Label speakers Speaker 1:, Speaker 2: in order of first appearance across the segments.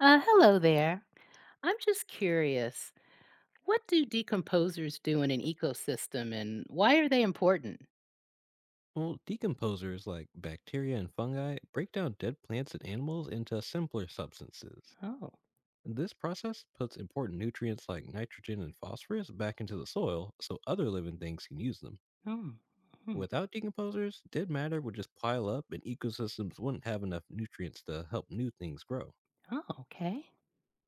Speaker 1: Hello there. I'm just curious, what do decomposers do in an ecosystem and why are they important?
Speaker 2: Well, decomposers like bacteria and fungi break down dead plants and animals into simpler substances.
Speaker 1: Oh,
Speaker 2: This process puts important nutrients like nitrogen and phosphorus back into the soil so other living things can use them.
Speaker 1: hmm, hmm.
Speaker 2: Without decomposers, dead matter would just pile up and ecosystems wouldn't have enough nutrients to help new things grow.
Speaker 1: Oh, okay.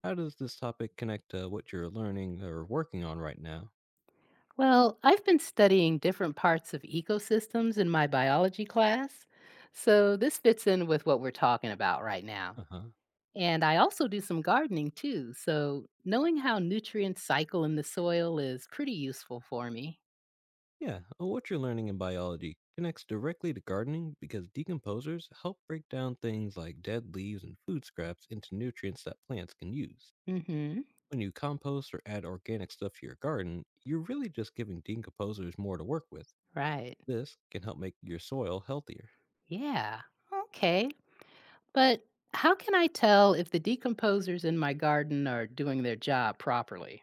Speaker 2: How does this topic connect to what you're learning or working on right now?
Speaker 1: Well, I've been studying different parts of ecosystems in my biology class, so this fits in with what we're talking about right now.
Speaker 2: Uh huh.
Speaker 1: And I also do some gardening too, so knowing how nutrients cycle in the soil is pretty useful for me.
Speaker 2: Yeah, what you're learning in biology connects directly to gardening because decomposers help break down things like dead leaves and food scraps into nutrients that plants can use.
Speaker 1: Mm-hmm.
Speaker 2: When you compost or add organic stuff to your garden, you're really just giving decomposers more to work with.
Speaker 1: Right.
Speaker 2: This can help make your soil healthier.
Speaker 1: Yeah. Okay. But how can I tell if the decomposers in my garden are doing their job properly?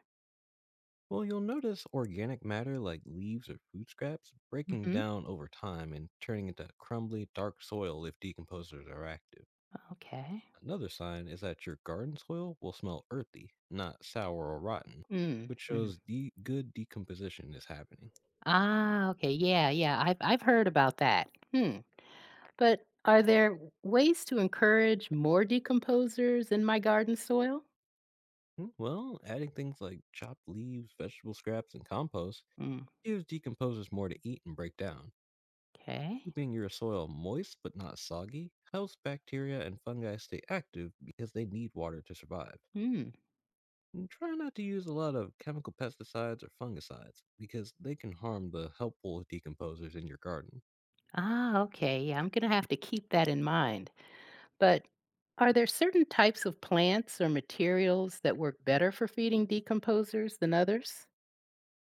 Speaker 2: Well, you'll notice organic matter like leaves or food scraps breaking
Speaker 1: Hmm.
Speaker 2: down over time and turning into crumbly, dark soil if decomposers are active.
Speaker 1: Okay.
Speaker 2: Another sign is that your garden soil will smell earthy, not sour or rotten,
Speaker 1: Mm,
Speaker 2: which
Speaker 1: mm.
Speaker 2: shows good decomposition is happening.
Speaker 1: Ah, okay. Yeah, yeah. I've heard about that. Hmm. But are there ways to encourage more decomposers in my garden soil?
Speaker 2: Hmm. Well, adding things like chopped leaves, vegetable scraps, and compost
Speaker 1: Mm.
Speaker 2: gives decomposers more to eat and break down.
Speaker 1: Okay.
Speaker 2: Keeping your soil moist but not soggy helps bacteria and fungi stay active because they need water to survive.
Speaker 1: Hmm.
Speaker 2: And try not to use a lot of chemical pesticides or fungicides because they can harm the helpful decomposers in your garden.
Speaker 1: Ah, okay. Yeah, I'm gonna have to keep that in mind. But are there certain types of plants or materials that work better for feeding decomposers than others?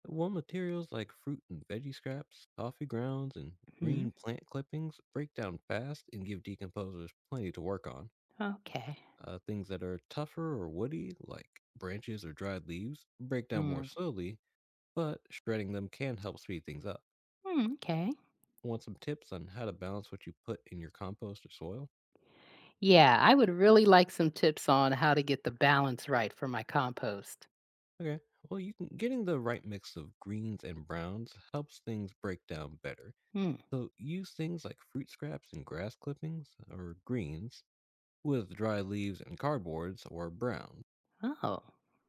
Speaker 2: While materials like fruit and veggie scraps, coffee grounds, and green plant clippings break down fast and give decomposers plenty to work on.
Speaker 1: Okay.
Speaker 2: Things that are tougher or woody, like branches or dried leaves, break down more
Speaker 1: Mm.
Speaker 2: slowly, but shredding them can help speed things up.
Speaker 1: Mm, okay.
Speaker 2: Want some tips on how to balance what you put in your compost or soil?
Speaker 1: Yeah, I would really like some tips on how to get the balance right for my compost.
Speaker 2: Okay, well, you can getting the right mix of greens and browns helps things break down better.
Speaker 1: Hmm.
Speaker 2: So use things like fruit scraps and grass clippings or greens with dry leaves and cardboards or brown.
Speaker 1: Oh.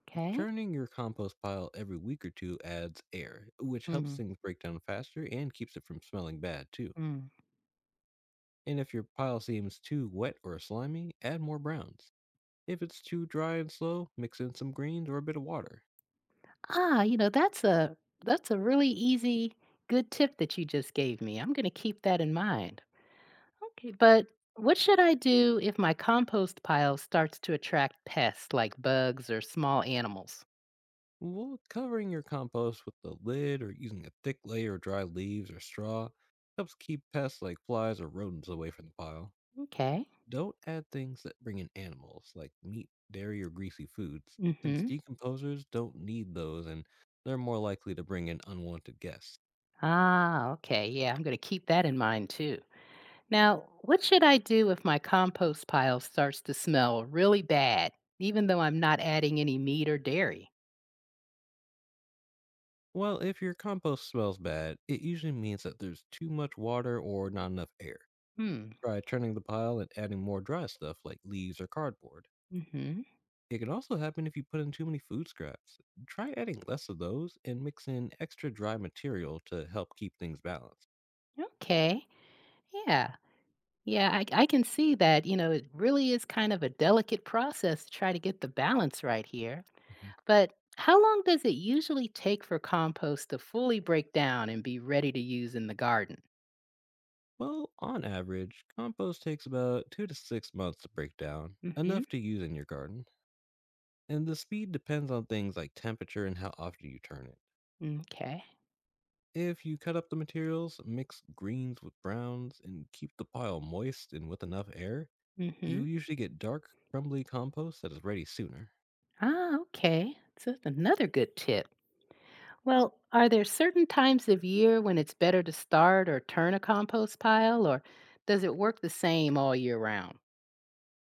Speaker 1: Okay.
Speaker 2: Turning your compost pile every week or two adds air, which helps
Speaker 1: Mm.
Speaker 2: things break down faster and keeps it from smelling bad too.
Speaker 1: Mm.
Speaker 2: And if your pile seems too wet or slimy, add more browns. If it's too dry and slow, mix in some greens or a bit of water.
Speaker 1: Ah, that's a that's a really easy good tip that you just gave me. I'm going to keep that in mind. Okay, but what should I do if my compost pile starts to attract pests like bugs or small animals?
Speaker 2: Well, covering your compost with a lid or using a thick layer of dry leaves or straw helps keep pests like flies or rodents away from the pile.
Speaker 1: Okay.
Speaker 2: Don't add things that bring in animals, like meat, dairy, or greasy foods, since
Speaker 1: Mhm.
Speaker 2: decomposers don't need those and they're more likely to bring in unwanted guests.
Speaker 1: Ah, okay. Yeah, I'm going to keep that in mind too. Now, what should I do if my compost pile starts to smell really bad, even though I'm not adding any meat or dairy?
Speaker 2: Well, if your compost smells bad, it usually means that there's too much water or not enough air.
Speaker 1: Hmm.
Speaker 2: Try turning the pile and adding more dry stuff like leaves or cardboard.
Speaker 1: Mm-hmm.
Speaker 2: It can also happen if you put in too many food scraps. Try adding less of those and mix in extra dry material to help keep things balanced.
Speaker 1: Okay. Yeah. Yeah, I can see that, you know, it really is kind of a delicate process to try to get the balance right here. But how long does it usually take for compost to fully break down and be ready to use in the garden?
Speaker 2: Well, on average, compost takes about 2 to 6 months to break down,
Speaker 1: Mm-hmm.
Speaker 2: enough to use in your garden. And the speed depends on things like temperature and how often you turn it.
Speaker 1: Okay.
Speaker 2: If you cut up the materials, mix greens with browns, and keep the pile moist and with enough air,
Speaker 1: Mm-hmm.
Speaker 2: you'll usually get dark, crumbly compost that is ready sooner.
Speaker 1: Ah, okay. So that's another good tip. Well, are there certain times of year when it's better to start or turn a compost pile, or does it work the same all year round?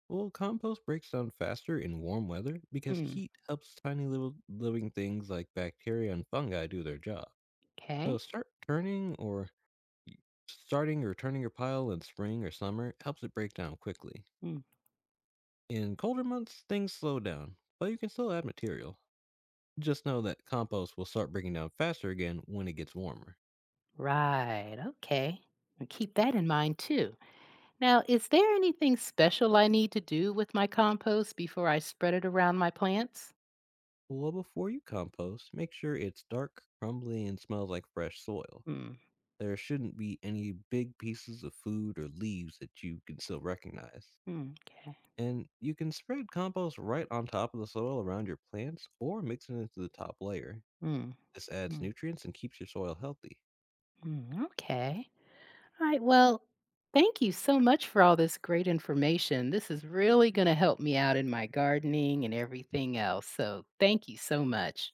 Speaker 2: Well, compost breaks down faster in warm weather because
Speaker 1: Mm,
Speaker 2: heat helps tiny little living things like bacteria and fungi do their job. So
Speaker 1: okay.
Speaker 2: start turning or starting or turning your pile in spring or summer helps it break down quickly.
Speaker 1: Mm,
Speaker 2: In colder months, things slow down, but you can still add material. Just know that compost will start breaking down faster again when it gets warmer.
Speaker 1: right. Okay. And keep that in mind too. Now, is there anything special I need to do with my compost before I spread it around my plants?
Speaker 2: Well, before you compost, make sure it's dark, crumbly, and smells like fresh soil.
Speaker 1: Mm,
Speaker 2: There shouldn't be any big pieces of food or leaves that you can still recognize.
Speaker 1: mm, okay.
Speaker 2: And you can spread compost right on top of the soil around your plants or mix it into the top layer.
Speaker 1: Mm,
Speaker 2: This adds
Speaker 1: mm,
Speaker 2: nutrients and keeps your soil healthy.
Speaker 1: mm, okay. All right. Well, thank you so much for all this great information. This is really going to help me out in my gardening and everything else. So, thank you so much.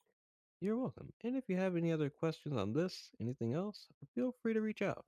Speaker 2: You're welcome. And if you have any other questions on this, anything else, feel free to reach out.